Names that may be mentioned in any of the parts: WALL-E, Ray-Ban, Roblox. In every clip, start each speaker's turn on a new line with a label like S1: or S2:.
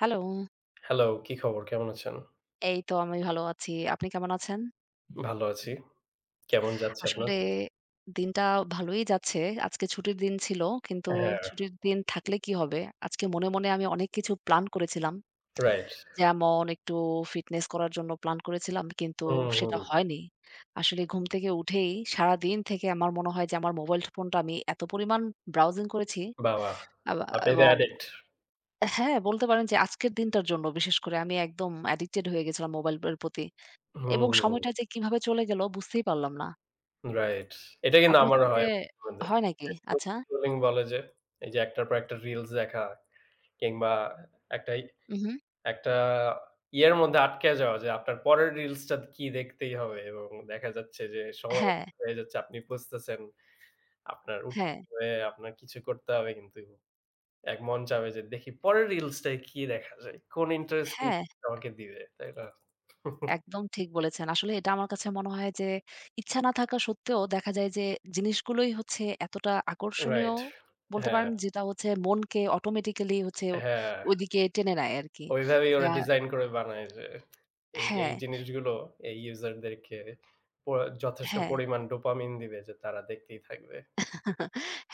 S1: Hello,
S2: hello, কি খবর? কেমন আছেন?
S1: এই তো আমি ভালো আছি। আপনি কেমন আছেন?
S2: ভালো আছি। কেমন যাচ্ছে আপনার?
S1: আসলে দিনটা ভালোই যাচ্ছে। আজকে ছুটির দিন ছিল। কিন্তু
S2: হ্যাঁ,
S1: ছুটির দিন থাকলে কি হবে? আজকে মনে, মনে আমি অনেক কিছু প্ল্যান করেছিলাম।
S2: রাইট।
S1: যেমন একটু ফিটনেস করার জন্য প্ল্যান করেছিলাম কিন্তু
S2: হুম, হুম।
S1: সেটা হয়নি। আসলে ঘুম থেকে উঠেই সারাদিন থেকে আমার মনে হয় যে আমার মোবাইল ফোনটা আমি এত পরিমাণ ব্রাউজিং করেছি
S2: বাহ! বাহ!
S1: আবা
S2: আপনি তো
S1: এবং
S2: অ্যাডিক্ট।
S1: হ্যাঁ, বলতে পারেন যে আজকের দিনটার জন্য বিশেষ করে আমি একদম অ্যাডিক্টেড হয়ে গেছিলাম মোবাইলের প্রতি। এবং
S2: হুম,
S1: সময়টা যে কিভাবে চলে গেল বুঝতেই পারলাম না।
S2: রাইট। এটা কিন্তু
S1: আপনার
S2: আমারও
S1: ক্ষেত্রে
S2: হয় মাঝে, মাঝে।
S1: হয় নাকি? আচ্ছা।
S2: বলে যে, এই যে একটার পর একটা রিলস দেখা কিংবা একটা ই
S1: উহু।
S2: একটা ইয়ের মধ্যে আটকে যাওয়া যে আপনার পরের রিলসটা কি দেখতেই হবে এবং দেখা যাচ্ছে যে সময়
S1: হ্যাঁ,
S2: হয়ে যাচ্ছে আপনি বুঝতেছেন আপনার উঠতে
S1: হ্যাঁ,
S2: হবে, আপনার কিছু করতে হবে কিন্তু এক মন চাবে যে দেখি পরের রিলসটায় কি দেখা যায়? কোন ইন্টারেস্টিং
S1: হ্যাঁ,
S2: আমাকে দিবে, তাই না?
S1: একদম ঠিক বলেছেন। আসলে এটা আমার কাছে মনে হয় যে ইচ্ছা না থাকা সত্ত্বেও দেখা যায় যে জিনিসগুলোই হচ্ছে এতটা আকর্ষণীয়
S2: রাইট।
S1: বলতে
S2: হ্যাঁ,
S1: পারেন যেটা হচ্ছে মনকে অটোমেটিক্যালি হচ্ছে
S2: হ্যাঁ।
S1: ওইদিকে টেনে নেয় আরকি।
S2: ওইভাবেই
S1: যে
S2: ওরা
S1: আ
S2: ডিজাইন করে বানায় যে এই
S1: হ্যাঁ,
S2: জিনিসগুলো এই ইউজারদেরকে প যথেষ্ট
S1: হ্যাঁ।
S2: পরিমাণ ডোপামিন দিবে যে তারা দেখতেই থাকবে।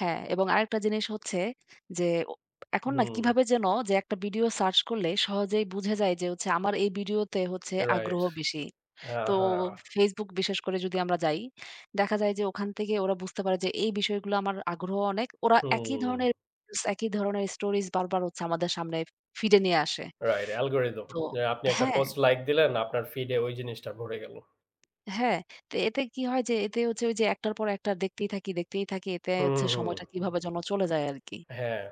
S1: হ্যাঁ, এবং আরেকটা জিনিস হচ্ছে যে ও এখন না
S2: হুম,
S1: কিভাবে যেন যে একটা ভিডিও সার্চ করলে সহজেই বুঝে যায় যে হচ্ছে আমার এই ভিডিওতে হচ্ছে
S2: রাইট।
S1: আগ্রহ বেশি।
S2: হ্যাঁ,
S1: তো
S2: হ্যাঁ।
S1: Facebook বিশেষ করে যদি আমরা যাই, দেখা যায় যে ওখান থেকে ওরা বুঝতে পারে যে এই বিষয়গুলো আমার আগ্রহ অনেক। ওরা একই
S2: হুম,
S1: ধরনের রিলস, একই ধরনের স্টোরিজ বারবার হচ্ছে আমাদের সামনে ফিডে নিয়ে আসে।
S2: Right algorithm.
S1: তো
S2: যে আপনি একটা
S1: হ্যাঁ,
S2: পোস্ট লাইক দিলেন, আপনার ফিড এ ওই জিনিসটা ভরে গেল।
S1: হ্যাঁ। তো এতে কি হয় যে এতে হচ্ছে ওই যে একটার পর একটা দেখতেই থাকি, দেখতেই থাকি। এতে
S2: হুম,
S1: হচ্ছে
S2: হুম।
S1: সময়টা কিভাবে যেন চলে যায় আরকি।
S2: হ্যাঁ।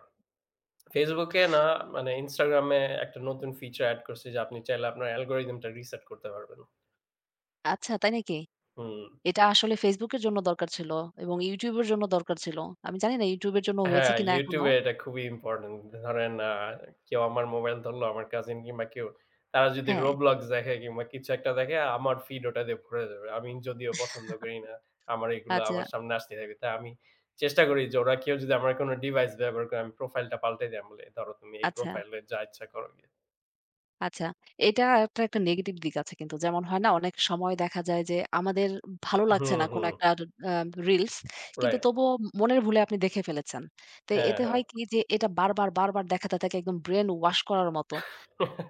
S2: Facebook এ না মানে Instagram এ একটা নতুন feature add করছে যে আপনি চাইলে আপনার algorithm টা reset করতে পারবেন।
S1: আচ্ছা, তাই নাকি?
S2: হুম।
S1: এটা আসলে Facebook এর জন্য দরকার ছিল এবং YouTube এর জন্য দরকার ছিল। আমি জানি না YouTube এর জন্য হয়েছে
S2: হ্যাঁ,
S1: কিনা এখনো।
S2: YouTube এ এটা খুবই ইম্পোর্টেন্ট। ধরেন কেউ আমার মোবাইল ধরলো, আমার কাজিন কিংবা কেউ, তারা যদি
S1: হ্যাঁ,
S2: Roblox দেখে কিংবা কিছু একটা দেখে আমার ফিড ওটা দিয়ে ভরে যাবে। আমি যদিও পছন্দ করি না। আমার এগুলা
S1: আচ্ছা,
S2: আমার সামনে আসতেই থাকবে। তাই আমি চেষ্টা করি যে ওরা কেউ যদি আমার কোনো ডিভাইস ব্যবহার করে আমি প্রোফাইলটা পাল্টাই দেই। আমি বলি, "ধরো তুমি এই
S1: আচ্ছা,
S2: প্রোফাইলে যা ইচ্ছা করো গিয়ে।"
S1: আচ্ছা। এটা একটা নেগেটিভ দিক আছে কিন্তু। যেমন হয় না অনেক সময় দেখা যায় যে আমাদের ভালো লাগছে
S2: হুম,
S1: না কোনো
S2: হুম।
S1: একটা রিলস। কিন্তু
S2: রাইট।
S1: তবুও মনের ভুলে আপনি দেখে ফেলেছেন। তো
S2: হ্যাঁ,
S1: এতে
S2: হ্যাঁ।
S1: হয় কি যে এটা বারবার, বারবার দেখাতে থাকে একদম ব্রেইন ওয়াশ করার মতো।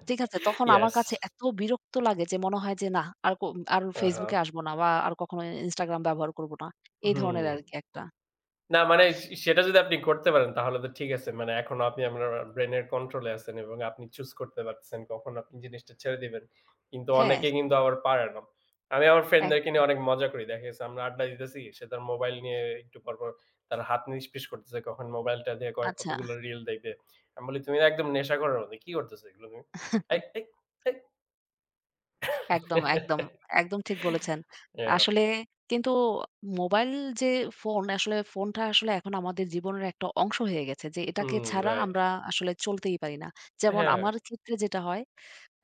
S1: ঠিক আছে? তখন আমার
S2: ইয়েস।
S1: কাছে এত বিরক্ত লাগে যে মনে হয় যে না আর ক আর
S2: আহা!
S1: Facebook এ আসবো না বা আর কখনো Instagram ব্যবহার করব না। এই
S2: হুম।
S1: ধরনের আরকি একটা
S2: না মানে সে সেটা যদি আপনি করতে পারেন তাহলে তো ঠিক আছে। মানে এখনো আপনি আপনার ব্রেইন এর কন্ট্রোল এ আছেন এবং আপনি চুজ করতে পারতেছেন কখন আপনি জিনিসটা ছেড়ে দিবেন। কিন্তু
S1: হ্যাঁ,
S2: অনেকে কিন্তু আবার পারে না। আমি আমার ফ্রেন্ডদেরকে
S1: একদম।
S2: নিয়ে অনেক মজা করি। দেখা গেছে আমরা আড্ডা দিতেছি। সে তার মোবাইল নিয়ে একটু পরপর তার হাত নিষ্পিস করতেছে। কখন মোবাইলটা দিয়ে কয়
S1: আচ্ছা
S2: কতগুলো রিল দেখবে। আমি বলি, "তুমি তো একদম নেশা করার মতো। কি করতেছো এগুলো তুমি? এই, এই, এই।"
S1: একদম, একদম, একদম ঠিক বলেছেন।
S2: ইয়া
S1: আসলে কিন্তু মোবাইল যে ফোন আসলে ফোনটা আসলে এখন আমাদের জীবনের একটা অংশ হয়ে গেছে যে এটাকে
S2: হুম,
S1: ছাড়া
S2: রাইট।
S1: আমরা আসলে চলতেই পারি না। যেমন
S2: হ্যাঁ।
S1: আমার ক্ষেত্রে যেটা হয়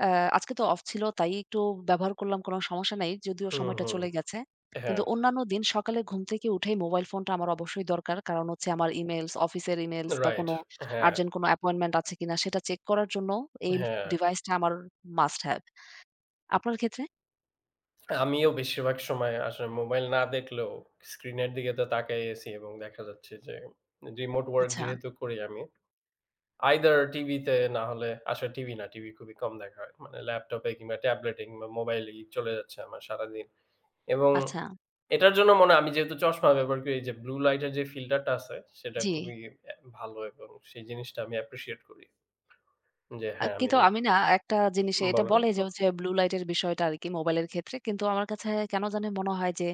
S1: অ্যা আজকে তো অফ ছিল তাই একটু ব্যবহার করলাম, কোনো সমস্যা নাই। যদিও
S2: হুম,
S1: সময়টা
S2: হুম।
S1: চলে গেছে।
S2: হ্যাঁ,
S1: কিন্তু অন্যান্য দিন সকালে ঘুম থেকে উঠেই মোবাইল ফোনটা আমার অবশ্যই দরকার। কারণ হচ্ছে আমার ইমেইলস, অফিসের ইমেইলস বা
S2: রাইট।
S1: কোনো
S2: হ্যাঁ,
S1: আর্জেন্ট কোনো অ্যাপয়েন্টমেন্ট আছে কিনা সেটা চেক করার জন্য এই
S2: হ্যাঁ।
S1: ডিভাইসটা আমার মাস্ট হ্যাভ। আপনার ক্ষেত্রে?
S2: আমিও বেশিরভাগ সময় আসলে মোবাইল না দেখলেও স্ক্রিনের দিকে তো তাকাই আছি এবং দেখা যাচ্ছে যে রিমোট ওয়ার্ক
S1: আচ্ছা,
S2: যেহেতু করি আমি, আইদার টিভিতে না হলে আসলে টিভি না, টিভি খুবই কম দেখা হয়। মানে ল্যাপটপে কিংবা ট্যাবলেটে কিংবা মোবাইলেই চলে যাচ্ছে আমার সারাদিন। এবং
S1: আচ্ছা।
S2: এটার জন্য মনে হয় আমি যেহেতু চশমা ব্যবহার করি যে ব্লু লাইট এর যে ফিল্টারটা আছে সেটা
S1: জি।
S2: খুবই ভালো এবং সেই জিনিসটা আমি অ্যাপ্রিশিয়েট করি। যে হ্যাঁ, আমি
S1: কিন্তু আমি না একটা জিনিসে এটা
S2: বলেন?
S1: বলে যে হচ্ছে ব্লু লাইটের বিষয়টা আরকি মোবাইলের ক্ষেত্রে। কিন্তু আমার কাছে কেন জানি মনে হয় যে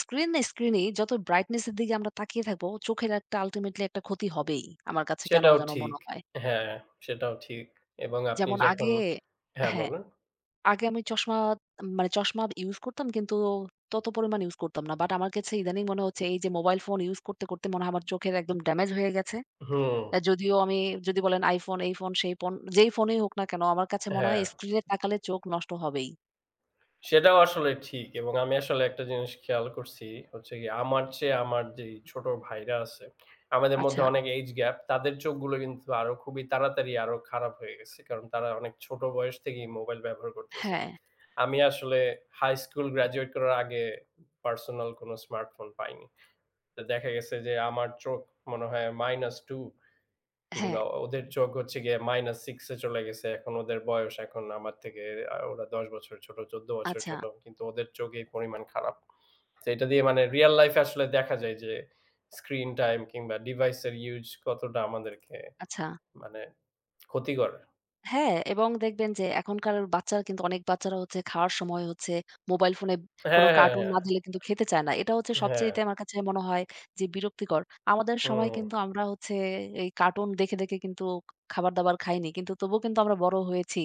S1: স্ক্রিনই যত ব্রাইটনেস এর দিকে আমরা তাকিয়ে থাকবো, চোখের একটা আল্টিমেটলি একটা ক্ষতি হবেই। আমার কাছে কেন
S2: সেটাও
S1: যেন
S2: ঠিক।
S1: মনে হয়।
S2: হ্যাঁ, সেটাও ঠিক। এবং আপনি
S1: যেমন
S2: যখন
S1: আগে
S2: হ্যাঁ,
S1: হ্যাঁ,
S2: বলুন।
S1: আগে আমি চশমা মানে চশমা ইউজ করতাম কিন্তু তত পরিমাণ ইউজ করতাম না। বাট আমার কাছে ইদানিং মনে হচ্ছে এই যে মোবাইল ফোন ইউজ করতে, করতে মনে হয় আমার চোখের একদম ড্যামেজ হয়ে গেছে।
S2: হুম,
S1: যদিও আমি যদি বলেন iPhone, এই ফোন, সেই ফোন, যেই ফোনই হোক না কেন আমার কাছে মনে
S2: হ্যাঁ।
S1: হয় স্ক্রিনে তাকালে চোখ নষ্ট হবেই।
S2: সেটাও আসলে ঠিক এবং আমি আসলে একটা জিনিস খেয়াল করছি হচ্ছে গিয়ে আমার চেয়ে আমার যেই ছোট ভাইরা আছে, আমাদের মধ্যে
S1: আচ্ছা।
S2: অনেক এইজ গ্যাপ, তাদের চোখগুলো কিন্তু আরো খুবই তাড়াতাড়ি আরো খারাপ হয়ে গেছে। কারণ তারা অনেক ছোট বয়স থেকেই মোবাইল ব্যবহার করতেছে।
S1: হ্যাঁ,
S2: আমি আসলে হাই স্কুল গ্র্যাজুয়েট করার আগে পার্সোনাল কোনো স্মার্টফোন পাইনি। তো দেখা গেছে যে আমার চোখ মনে হয় -2
S1: হ্যাঁ।
S2: কিংবা ওদের চোখ হচ্ছে গিয়ে -6 এ চলে গেছে। এখন ওদের বয়স এখন আমার থেকে ওরা ১০ বছর ছোট, ১৪ বছর
S1: আচ্ছা,
S2: ছোট। কিন্তু ওদের চোখ এই পরিমাণ খারাপ। তো এটা দিয়ে মানে রিয়াল লাইফ এ আসলে দেখা যায় যে স্ক্রিন টাইম কিংবা ডিভাইস এর ইউজ কতটা আমাদেরকে
S1: আচ্ছা।
S2: মানে ক্ষতিকর।
S1: হ্যাঁ, এবং দেখবেন যে এখনকার বাচ্চারা কিন্তু অনেক বাচ্চারা হচ্ছে খাওয়ার সময় হচ্ছে মোবাইল ফোনে কোনো
S2: হ্যাঁ, হ্যাঁ,
S1: কার্টুন
S2: হ্যাঁ।
S1: না দিলে কিন্তু খেতে চায় না। এটা হচ্ছে
S2: হ্যাঁ,
S1: সবচাইতে আমার কাছে মনে হয় যে বিরক্তিকর। আমাদের সময়
S2: হুম,
S1: কিন্তু আমরা হচ্ছে এই কার্টুন দেখে, দেখে কিন্তু খাবার-দাবার খাইনি। কিন্তু তবুও কিন্তু আমরা বড় হয়েছি।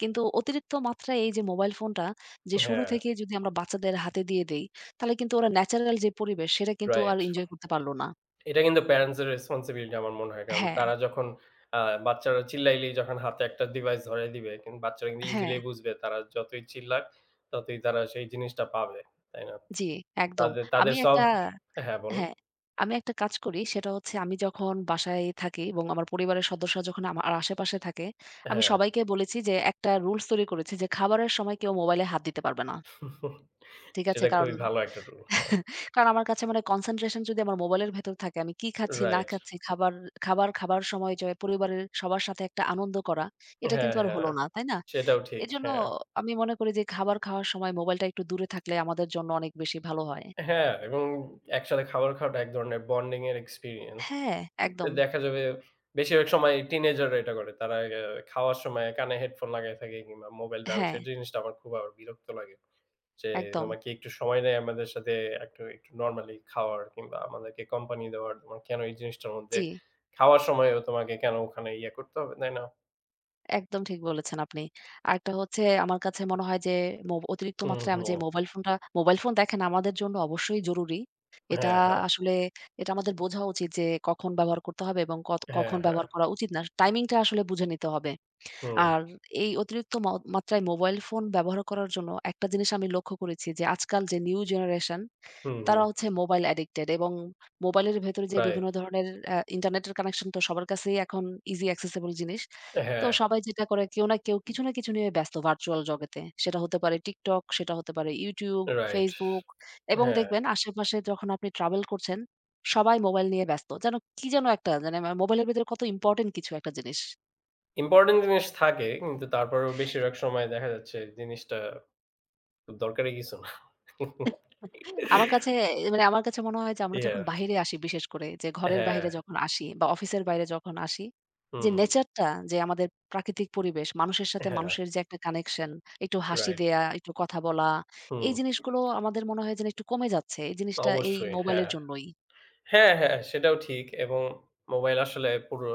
S1: কিন্তু অতিরিক্ত মাত্রায় এই যে মোবাইল ফোনটা যে শুরু
S2: হ্যাঁ,
S1: থেকেই যদি আমরা বাচ্চাদের হাতে দিয়ে দেই, তাহলে কিন্তু ওরা ন্যাচারাল যে পরিবেশ সেটা কিন্তু আর
S2: রাইট।
S1: এনজয় করতে পারল না।
S2: এটা কিন্তু প্যারেন্টস এর রেসপনসিবিলিটি আমার মনে হয়। কারণ
S1: হ্যাঁ,
S2: তারা যখন আ বাচ্চারা চিল্লাইলেই যখন হাতে একটা ডিভাইস ধরায় দিবে, কিন্তু বাচ্চারা কিন্তু
S1: হ্যাঁ।
S2: ইজিলি বুঝবে তারা যতই চিল্লাক, ততই তারা সেই জিনিসটা পাবে। তাই না?
S1: জি, একদম।
S2: তাদের তাদের
S1: আমি
S2: সব
S1: একটা
S2: হ্যাঁ, বলুন।
S1: হ্যাঁ, আমি একটা কাজ করি সেটা হচ্ছে আমি যখন বাসায় থাকি এবং আমার পরিবারের সদস্যরা যখন আমার আশেপাশে থাকে, আমি
S2: হ্যাঁ।
S1: সবাইকে বলেছি যে একটা রুলস তৈরি করেছি যে খাবারের সময় কেউ মোবাইলে হাত দিতে পারবে না। ঠিক আছে?
S2: সেটা
S1: কারণ
S2: খুবই ভালো একটা রুল। হ্যাঁ,
S1: কারণ আমার কাছে মানে কনসেনট্রেশন যদি আমার মোবাইলের ভেতর থাকে আমি কি খাচ্ছি না
S2: রাইট।
S1: খাচ্ছি খাবার খাবার খাবার সময় যে পরিবারের সবার সাথে একটা আনন্দ করা এটা
S2: হ্যাঁ,
S1: কিন্তু আর
S2: হ্যাঁ।
S1: হলো না, তাই না?
S2: সেটাও ঠিক।
S1: এজন্য
S2: হ্যাঁ।
S1: আমি মনে করি যে খাবার খাওয়ার সময় মোবাইলটা একটু দূরে থাকলে আমাদের জন্য অনেক বেশি ভালো হয়।
S2: হ্যাঁ, এবং একসাথে খাবার খাওয়াটা এক ধরনের বন্ডিং এর এক্সপেরিয়েন্স।
S1: হ্যাঁ, একদম।
S2: দেখা যাবে বেশিরভাগ সময় টিনেজাররা এটা করে। তারা খাওয়ার সময় কানে হেডফোন লাগায় থাকে কিংবা মোবাইল ব্যবহার
S1: হ্যাঁ,
S2: সেই জিনিসটা আমার খুব আবার বিরক্ত লাগে। যে
S1: একদম।
S2: তোমাকে একটু সময় নেয় আমাদের সাথে একটু, একটু নরমালি খাওয়ার কিংবা আমাদেরকে কোম্পানি দেওয়ার তোমার কেন এই জিনিসটার মধ্যে
S1: জি।
S2: খাওয়ার সময়ও তোমাকে কেন ওখানে ইয়ে করতে হবে, তাই না?
S1: একদম ঠিক বলেছেন আপনি। আরেকটা হচ্ছে আমার কাছে মনে হয় যে অতিরিক্ত
S2: হুম,
S1: মাত্রায় আমি
S2: হুম।
S1: যে মোবাইল ফোনটা মোবাইল ফোন দেখেন আমাদের জন্য অবশ্যই জরুরি। এটা
S2: হ্যাঁ, হ্যাঁ।
S1: আসলে এটা আমাদের বোঝা উচিত যে কখন ব্যবহার করতে হবে এবং কত
S2: হ্যাঁ,
S1: কখন
S2: হ্যাঁ।
S1: ব্যবহার করা উচিত না। টাইমিংটা আসলে বুঝে নিতে হবে।
S2: হুম,
S1: আর এই অতিরিক্ত মাত্রায় মোবাইল ফোন ব্যবহার করার জন্য একটা জিনিস আমি লক্ষ্য করেছি যে আজকাল যে নিউ জেনারেশন
S2: হুম,
S1: তারা
S2: হুম।
S1: হচ্ছে মোবাইল অ্যাডিক্টেড এবং মোবাইলের ভেতরে যে
S2: রাইট।
S1: বিভিন্ন ধরনের ইন্টারনেটের কানেকশন তো সবার কাছেই এখন ইজি অ্যাক্সেসিবল জিনিস। তো
S2: হ্যাঁ,
S1: সবাই যেটা করে কেউ না কেউ কিছু না কিছু নিয়ে ব্যস্ত ভার্চুয়াল জগতে। সেটা হতে পারে TikTok, সেটা হতে পারে YouTube,
S2: রাইট।
S1: Facebook এবং
S2: হ্যাঁ।
S1: দেখবেন আশেপাশে যখন আপনি ট্রাভেল করছেন সবাই মোবাইল নিয়ে ব্যস্ত। যেন কি যেন একটা মানে মোবাইলের ভেতরে কত ইম্পোর্টেন্ট কিছু একটা জিনিস।
S2: ইম্পোর্টেন্ট জিনিস থাকে কিন্তু তারপরেও বেশিরভাগ সময় দেখা যাচ্ছে জিনিসটা খুব দরকারি কিছু না।
S1: আমার কাছে মানে আমার কাছে মনে হয় যে আমরা
S2: ইয়া
S1: যখন বাহিরে আসি বিশেষ করে যে ঘরের
S2: হ্যাঁ,
S1: বাইরে যখন আসি বা অফিসের বাইরে যখন আসি যে
S2: হুম,
S1: নেচারটা যে আমাদের প্রাকৃতিক পরিবেশ মানুষের সাথে
S2: হ্যাঁ,
S1: মানুষের যে একটা কানেকশন একটু হাসি
S2: রাইট।
S1: দেয়া একটু কথা বলা
S2: হুম,
S1: এই জিনিসগুলো আমাদের মনে হয় যেন একটু কমে যাচ্ছে এই জিনিসটা এই
S2: অবশ্যই,
S1: মোবাইলের
S2: হ্যাঁ।
S1: জন্যই
S2: হ্যাঁ, হ্যাঁ, সেটাও ঠিক এবং মোবাইল আসলে পুরো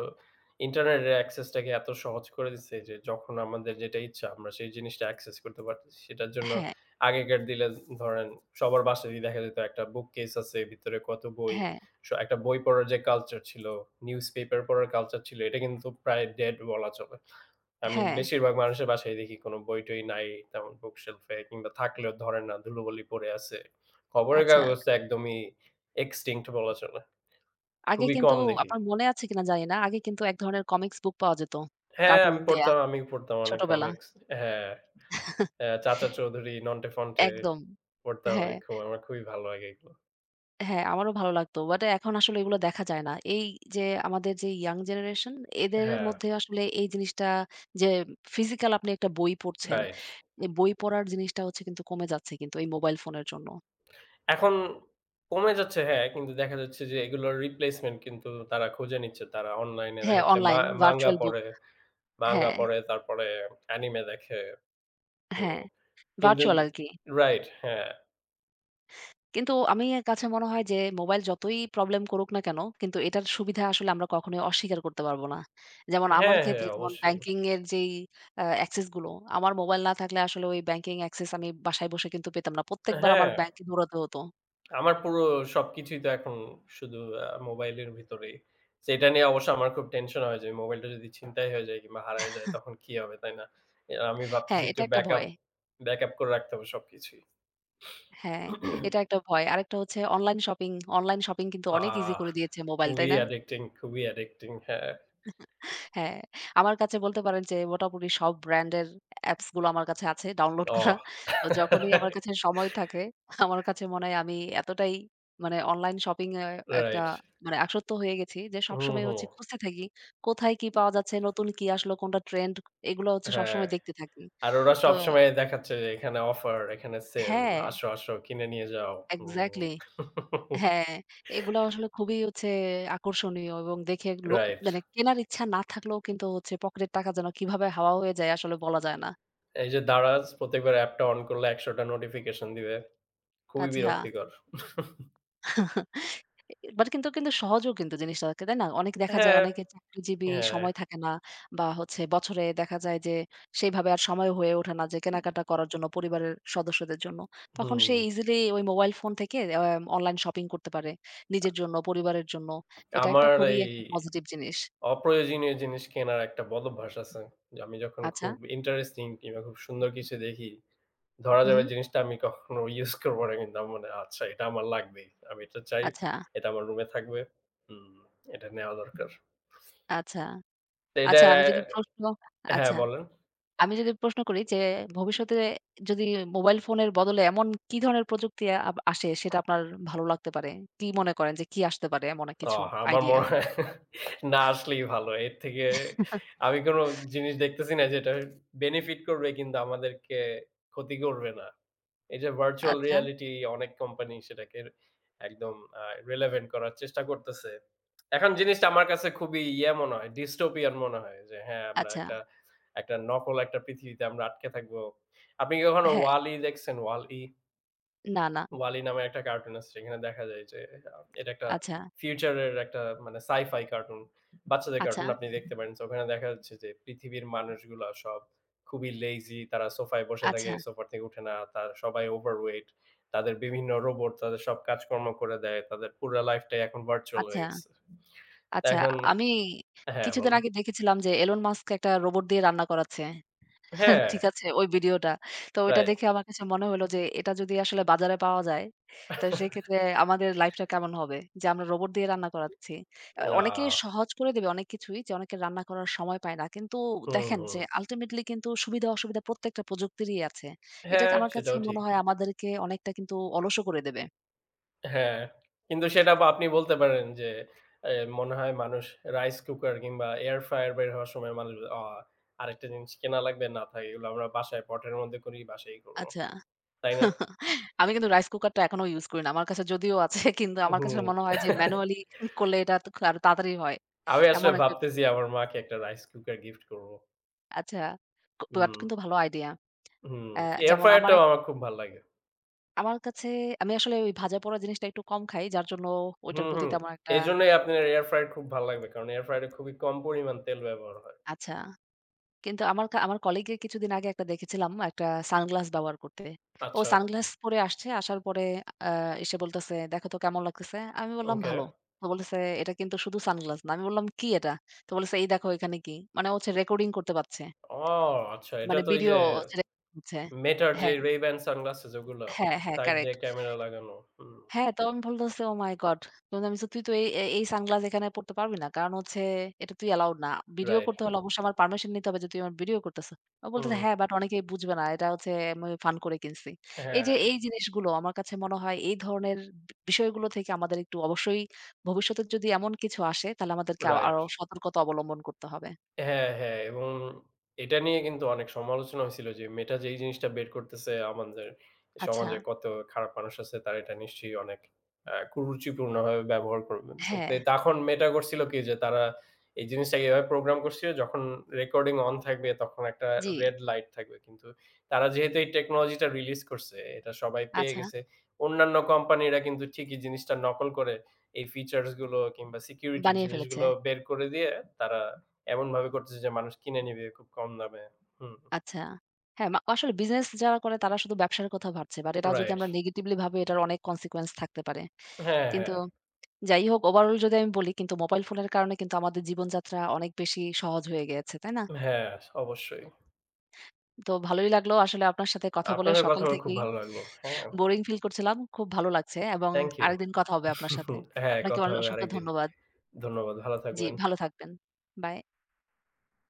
S2: ইন্টারনেটের access টাকে এত সহজ করে দিছে যে যখন আমাদের যেটা ইচ্ছা আমরা সেই জিনিসটা access করতে পারতেছি। সেটার জন্য
S1: হ্যাঁ
S2: আগেকার দিলে ধরেন সবার বাসায়ই দেখা যেত একটা bookcase আছে, ভিতরে কত বই।
S1: হ্যাঁ
S2: একটা বই পড়ার যে culture ছিল, newspaper পড়ার culture ছিল এটা কিন্তু প্রায় dead বলা চলে। আমি
S1: হ্যাঁ
S2: বেশিরভাগ মানুষের বাসায় দেখি কোনো বই-টই নাই তেমন বুকশেলফ এ কিংবা থাকলেও ধরেন না, ধুলোবালি পড়ে আছে। খবরের
S1: আচ্ছা
S2: কাগজ তো একদমই extinct বলা চলে।
S1: আগে
S2: খুবই
S1: কিন্তু
S2: কম দেখি।
S1: আপনার মনে আছে কিনা জানি না আগে কিন্তু এক ধরনের কমিক্স বুক পাওয়া যেত
S2: হ্যাঁ,
S1: কার্টুন
S2: আমি
S1: দেয়া
S2: পড়তাম, আমি পড়তাম অনেক
S1: ছোটবেলা
S2: কমিক্স। হ্যাঁ, চাচা চৌধুরী, নন্টে ফন্টে
S1: একদম
S2: পড়তাম
S1: হ্যাঁ
S2: আমি খুব আমার খুবই ভালো লাগে এগুলো।
S1: হ্যাঁ, আমারও ভালো লাগতো। বাট এখন আসলে এগুলো দেখা যায় না। এই যে আমাদের যে ইয়াং জেনারেশন এদের
S2: হ্যাঁ,
S1: মধ্যে আসলে এই জিনিসটা যে ফিজিক্যাল আপনি একটা বই পড়ছেন।
S2: রাইট।
S1: এই বই পড়ার জিনিসটা হচ্ছে কিন্তু কমে যাচ্ছে কিন্তু এই মোবাইল ফোনের জন্য।
S2: এখন কমে যাচ্ছে হ্যাঁ, কিন্তু দেখা যাচ্ছে যে এগুলোর রিপ্লেসমেন্ট কিন্তু তারা খুঁজে নিচ্ছে। তারা অনলাইনে দেখা
S1: হ্যাঁ,
S2: যাচ্ছে
S1: অনলাইন
S2: মাঙ্গা
S1: ভার্চুয়াল বুক
S2: পড়ে, মাঙ্গা
S1: হ্যাঁ,
S2: পড়ে তারপরে অ্যানিমে দেখে। হুম,
S1: হ্যাঁ,
S2: কিন্তু
S1: ভার্চুয়াল আরকি।
S2: রাইট হ্যাঁ।
S1: কিন্তু আমি এর কাছে মনে হয় যে মোবাইল যতই প্রবলেম করুক না কেন, কিন্তু এটার সুবিধা আসলে আমরা কখনোই অস্বীকার করতে পারব না। যেমন আমার
S2: হ্যাঁ, হ্যাঁ,
S1: ক্ষেত্রে যেমন
S2: অবশ্যই।
S1: ব্যাংকিং এর যেই অ্যাক্সেস গুলো, আমার মোবাইল না থাকলে আসলে ওই ব্যাংকিং অ্যাক্সেস আমি বাসায় বসে কিন্তু পেতাম না। প্রত্যেকবার আমার
S2: হ্যাঁ,
S1: ব্যাংকে দৌড়াতে হতো।
S2: আমার পুরো সবকিছুই তো এখন শুধু মোবাইলের ভিতরেই। তো এটা নিয়ে অবশ্য আমার খুব টেনশন হয় যে মোবাইলটা যদি ছিনতাই হয়ে যায় কিংবা হারায় যায় তখন কি হবে, তাই না? আমি ভাবতেছি
S1: হ্যাঁ,
S2: একটু
S1: এটা একটা
S2: ব্যাকআপ,
S1: ভয়।
S2: ব্যাকআপ করে রাখতে হবে সবকিছুই।
S1: হ্যাঁ, এটা একটা ভয়। আরেকটা হচ্ছে অনলাইন শপিং। অনলাইন শপিং কিন্তু অনেক ইজি
S2: আহ!
S1: করে দিয়েছে মোবাইল, তাই
S2: খুবই
S1: না?
S2: অ্যাডিক্টিং, খুবই অ্যাডিক্টিং হ্যাঁ।
S1: হ্যাঁ, আমার কাছে বলতে পারেন যে মোটামুটি সব ব্র্যান্ডের অ্যাপস গুলো আমার কাছে আছে ডাউনলোড করা।
S2: অহ!
S1: তো যখনই আমার কাছে সময় থাকে, আমার কাছে মনে হয় আমি এতটাই মানে অনলাইন শপিং এ একটা
S2: রাইট।
S1: মানে আসক্ত হয়ে গেছি যে
S2: হুম,
S1: সবসময়
S2: হুম।
S1: হচ্ছে খুঁজতে থাকি। কোথায় কি পাওয়া যাচ্ছে, নতুন কি আসলো, কোনটা ট্রেন্ড এগুলো হচ্ছে
S2: হ্যাঁ।
S1: সবসময় দেখতে থাকি।
S2: আর ওরা
S1: তো
S2: সবসময় দেখাচ্ছে যে এখানে অফার, এখানে সেল,
S1: হ্যাঁ,
S2: আসো, আসো কিনে নিয়ে যাও। হুম।
S1: এক্সাক্টলি। হ্যাঁ, এগুলো আসলে খুবই হচ্ছে আকর্ষণীয় এবং দেখে
S2: রাইট।
S1: মানে কেনার ইচ্ছা না থাকলেও কিন্তু হচ্ছে পকেটের টাকা যেন কিভাবে হাওয়া হয়ে যায় আসলে বলা যায় না।
S2: এই যে দারাজ প্রত্যেকবার অ্যাপটা অন করলে ১০০ টা নোটিফিকেশন দিবে। খুবই
S1: আচ্ছা।
S2: বিরক্তিকর।
S1: বাট কিন্তু সহজও কিন্তু জিনিসটা থাকে, তাই না? অনেক দেখা যায়
S2: হ্যাঁ,
S1: অনেকে চাকরিজীবী
S2: হ্যাঁ।
S1: সময় থাকে না বা হচ্ছে বছরে দেখা যায় যে সেইভাবে আর সময় হয়ে ওঠে না যে কেনাকাটা করার জন্য পরিবারের সদস্যদের জন্য। তখন
S2: হুম।
S1: সে ইজিলি ওই মোবাইল ফোন থেকে অনলাইন শপিং করতে পারে। নিজের জন্য, পরিবারের জন্য। এটা একটা
S2: আমার
S1: খুবই
S2: এই
S1: একটা পজিটিভ জিনিস।
S2: অপ্রয়োজনীয় জিনিস কেনার একটা বদভ্যাস আছে। যে আমি যখন
S1: আচ্ছা।
S2: খুব ইন্টারেস্টিং কিংবা খুব সুন্দর কিছু দেখি, ধরা যাবে
S1: উহু।
S2: জিনিসটা আমি কখনো ইউজ করব না কিন্তু আমার মনে হয়, আচ্ছা এটা আমার লাগবেই। আমি এটা চাই।
S1: আচ্ছা,
S2: এটা আমার রুমে থাকবে। হুম, এটা নেওয়া দরকার।
S1: আচ্ছা।
S2: এটা
S1: আচ্ছা আমি যদি প্রশ্ন
S2: হ্যাঁ,
S1: আচ্ছা।
S2: বলেন।
S1: আমি যদি প্রশ্ন করি যে, ভবিষ্যতে যদি মোবাইল ফোনের বদলে এমন কি ধরনের প্রযুক্তি আসে সেটা আপনার ভালো লাগতে পারে? কি মনে করেন যে কি আসতে পারে এমন এক
S2: অ
S1: কিছু
S2: আমার
S1: আইডিয়া?
S2: মনে হয় না আসলেই ভালো। এর থেকে আমি কোনো জিনিস দেখতেছি না যেটা বেনিফিট করবে কিন্তু আমাদেরকে ক্ষতি করবে না। এই যে ভার্চুয়াল
S1: আচ্ছা,
S2: রিয়ালিটি অনেক কোম্পানি সেটাকে একদম আ রিলেভেন্ট করার চেষ্টা করতেছে। এখন জিনিসটা আমার কাছে খুবই ইয়ে মনে হয়, ডিস্টোপিয়ান মনে হয় যে হ্যাঁ, আমরা
S1: আচ্ছা।
S2: একটা একটা নকল একটা পৃথিবীতে আমরা আটকে থাকবো। আপনি কি কখনো
S1: হ্যাঁ,
S2: WALL-E দেখছেন? WALL-E?
S1: না, না।
S2: 'ওয়ালি' নামের একটা কার্টুন আছে। সেখানে দেখা যায় যে এটা একটা
S1: আচ্ছা,
S2: ফিউচারের একটা মানে সাই-ফাই কার্টুন। বাচ্চাদের
S1: আচ্ছা,
S2: কার্টুন আপনি দেখতে পারেন। সো ওখানে দেখা যাচ্ছে যে পৃথিবীর মানুষগুলা সব খুবই লেজি। তারা সোফায় বসে থাকে,
S1: আচ্ছা,
S2: সোফা থেকে উঠে না। তারা সবাই ওভারওয়েট। তাদের বিভিন্ন রোবট তাদের সব কাজকর্ম করে দেয়। তাদের পুরা লাইফটাই এখন ভার্চুয়াল হয়ে
S1: আচ্ছা,
S2: গেছে।
S1: আচ্ছা।
S2: এখন
S1: আমি
S2: হ্যাঁ,
S1: কিছুদিন
S2: বলুন।
S1: আগে দেখেছিলাম যে Elon Musk একটা রোবট দিয়ে রান্না করাচ্ছে।
S2: হ্যাঁ,
S1: ঠিক আছে ওই ভিডিওটা। তো ওইটা
S2: রাইট।
S1: দেখে আমার কাছে মনে হলো যে এটা যদি আসলে বাজারে পাওয়া যায়, তো সেক্ষেত্রে আমাদের লাইফটা কেমন হবে? যে আমরা রোবট দিয়ে রান্না করাচ্ছি।
S2: আ
S1: অনেকে সহজ করে দেবে অনেক কিছুই যে অনেকে রান্না করার সময় পায় না। কিন্তু
S2: হুম,
S1: দেখেন
S2: হুম।
S1: যে আল্টিমেটলি কিন্তু সুবিধা-অসুবিধা প্রত্যেকটা প্রযুক্তিরই আছে। এটাকে
S2: হ্যাঁ,
S1: আমার কাছে
S2: সেটাও ঠিক।
S1: মনে হয় আমাদেরকে অনেকটা কিন্তু অলসও করে দেবে।
S2: হ্যাঁ, কিন্তু সেটা বা আপনি বলতে পারেন যে এ মনে হয় মানুষ রাইস কুকার কিংবা এয়ার ফ্রায়ার বের হওয়ার সময় মানুষ আরেকটা জিনিস কেনা লাগবে না থাক এগুলো আমরা বাসায় পটের মধ্যে করি, বাসায়ই করব।
S1: আচ্ছা।
S2: তাই না?
S1: আমি কিন্তু রাইস কুকারটা এখনো ইউজ করি না। আমার কাছে যদিও আছে কিন্তু আমার কাছে
S2: হুম।
S1: মনে হয় যে ম্যানুয়ালি করলে এটা তো আরো তাড়াতাড়ি হয়।
S2: আমি আসলে
S1: এমন একটা
S2: ভাবতেছি আমার মাকে একটা রাইস কুকার গিফট করব।
S1: আচ্ছা। বাট
S2: হুম,
S1: কিন্তু ভালো আইডিয়া।
S2: হুম।
S1: অ্যা
S2: এয়ার
S1: যেমন আমার এক
S2: ফ্রায়ারটাও আমার খুব ভাল লাগে।
S1: আমার কাছে আমি আসলে ওই ভাজা-পোড়া জিনিসটা একটু কম খাই। যার জন্য ওইটার
S2: হুম,
S1: প্রতি
S2: হুম।
S1: তেমন একটা
S2: এজন্যই আপনার এয়ার ফ্রায়ার খুব ভাল লাগবে। কারণ এয়ার ফ্রায়ারে খুবই কম পরিমাণ তেল ব্যবহার হয়।
S1: আচ্ছা। কিন্তু আমার আমার কলিগের কিছুদিন আগে একটা দেখেছিলাম একটা সানগ্লাস ব্যবহার করতে। ও
S2: আচ্ছা,
S1: সানগ্লাস পরে আসছে। আসার পরে আ এসে বলতেছে, "দেখো তো কেমন লাগতেছে?" আমি বললাম,
S2: ওকে।
S1: "ভালো।" তো বলতেছে, "এটা কিন্তু শুধু সানগ্লাস না।" আমি বললাম, "কি এটা?" তো বলতেছে, "এই দেখো এখানে কি?" মানে ও হচ্ছে রেকর্ডিং করতে পারছে।
S2: ও আচ্ছা এটা
S1: মানে
S2: তো ওই যে
S1: ভিডিও হচ্ছে রেকর্ডিং হচ্ছে।
S2: Meta-র যে
S1: হ্যাঁ,
S2: Ray-Ban sunglasses ওগুলা?
S1: হ্যাঁ, হ্যাঁ,
S2: সাইড
S1: কারেক্ট।
S2: দিয়ে ক্যামেরা লাগানো। হুম,
S1: হ্যাঁ, তখন বলতেছে, "ওহ মাই গড!" তখন আমি বলছি, "তুই তো এই, এই সানগ্লাস এখানে পড়তে পারবি না। কারণ হচ্ছে এটা তুই অ্যালাউড না। Video
S2: right.
S1: করতে হলে অবশ্যই আমার পারমিশন নিতে হবে যে তুই আমার ভিডিও করতেছ।" ও বলতেছে,
S2: হুম,
S1: "হ্যাঁ, বাট অনেকেই বুঝবে না। এটা হচ্ছে আমি ফান করে কিনছি।" এই
S2: হ্যাঁ,
S1: যে এই জিনিসগুলো আমার কাছে মনে হয় এই ধরনের বিষয়গুলো থেকে আমাদের একটু অবশ্যই ভবিষ্যতে যদি এমন কিছু আসে তাহলে আমাদেরকে
S2: রাইট।
S1: আরো সতর্কতা অবলম্বন করতে হবে।
S2: হ্যাঁ, হ্যাঁ এবং এটা নিয়ে কিন্তু অনেক সমালোচনা হয়েছিল যে মেয়েটা যেই জিনিসটা বের করতেছে আমাদের
S1: আচ্ছা,
S2: সমাজে কত খারাপ মানুষ আছে তারা এটা নিশ্চয়ই অনেক কুরুচিপূর্ণভাবে ব্যবহার করবে।
S1: হ্যাঁ,
S2: এতে তখন মেয়েটা করছিল কি যে তারা এই জিনিসটাকে এভাবে প্রোগ্রাম করছিল যখন রেকর্ডিং অন থাকবে তখন একটা
S1: জি,
S2: রেড লাইট থাকবে। কিন্তু তারা যেহেতু এই টেকনোলজিটা রিলিজ করছে এটা সবাই পেয়ে
S1: আচ্ছা,
S2: গেছে। অন্যান্য কোম্পানিরা কিন্তু ঠিকই জিনিসটা নকল করে এই ফিচারস গুলো কিংবা সিকিউরিটির
S1: বানিয়ে ফেলেছে।
S2: জিনিসগুলো বের করে দিয়ে তারা এমনভাবে করতেছে যে মানুষ কিনে নিবে খুব কম দামে। হুম,
S1: আচ্ছা। হ্যাঁ, আসলে বিজনেস যারা করে তারা শুধু ব্যবসার কথা ভাবছে। বাট এটা যদি
S2: রাইট।
S1: আমরা নেগেটিভলি ভাবি এটার অনেক consequence থাকতে পারে।
S2: হ্যাঁ,
S1: কিন্তু
S2: হ্যাঁ,
S1: যাই হোক ওভারঅল যদি আমি বলি কিন্তু মোবাইল ফোনের কারণে কিন্তু আমাদের জীবনযাত্রা অনেক বেশি সহজ হয়ে গিয়েছে, তাই না?
S2: হ্যাঁ, অবশ্যই।
S1: তো ভালোই লাগলো আসলে আপনার সাথে কথা বলে
S2: আপনার সাথে কথা
S1: সকাল
S2: বলে খুব
S1: থেকেই
S2: ভালো লাগলো। হ্যাঁ,
S1: বোরিং ফিল করছিলাম। খুব ভালো লাগছে এবং
S2: থ্যাংক ইউ।
S1: আরেকদিন কথা হবে আপনার সাথে।
S2: হ্যাঁ,
S1: আপনাকে
S2: কথা হবে
S1: অসংখ্য
S2: আরেকদিন।
S1: ধন্যবাদ।
S2: ধন্যবাদ। ভালো
S1: জি,
S2: থাকবেন।
S1: ভালো থাকবেন। বাই।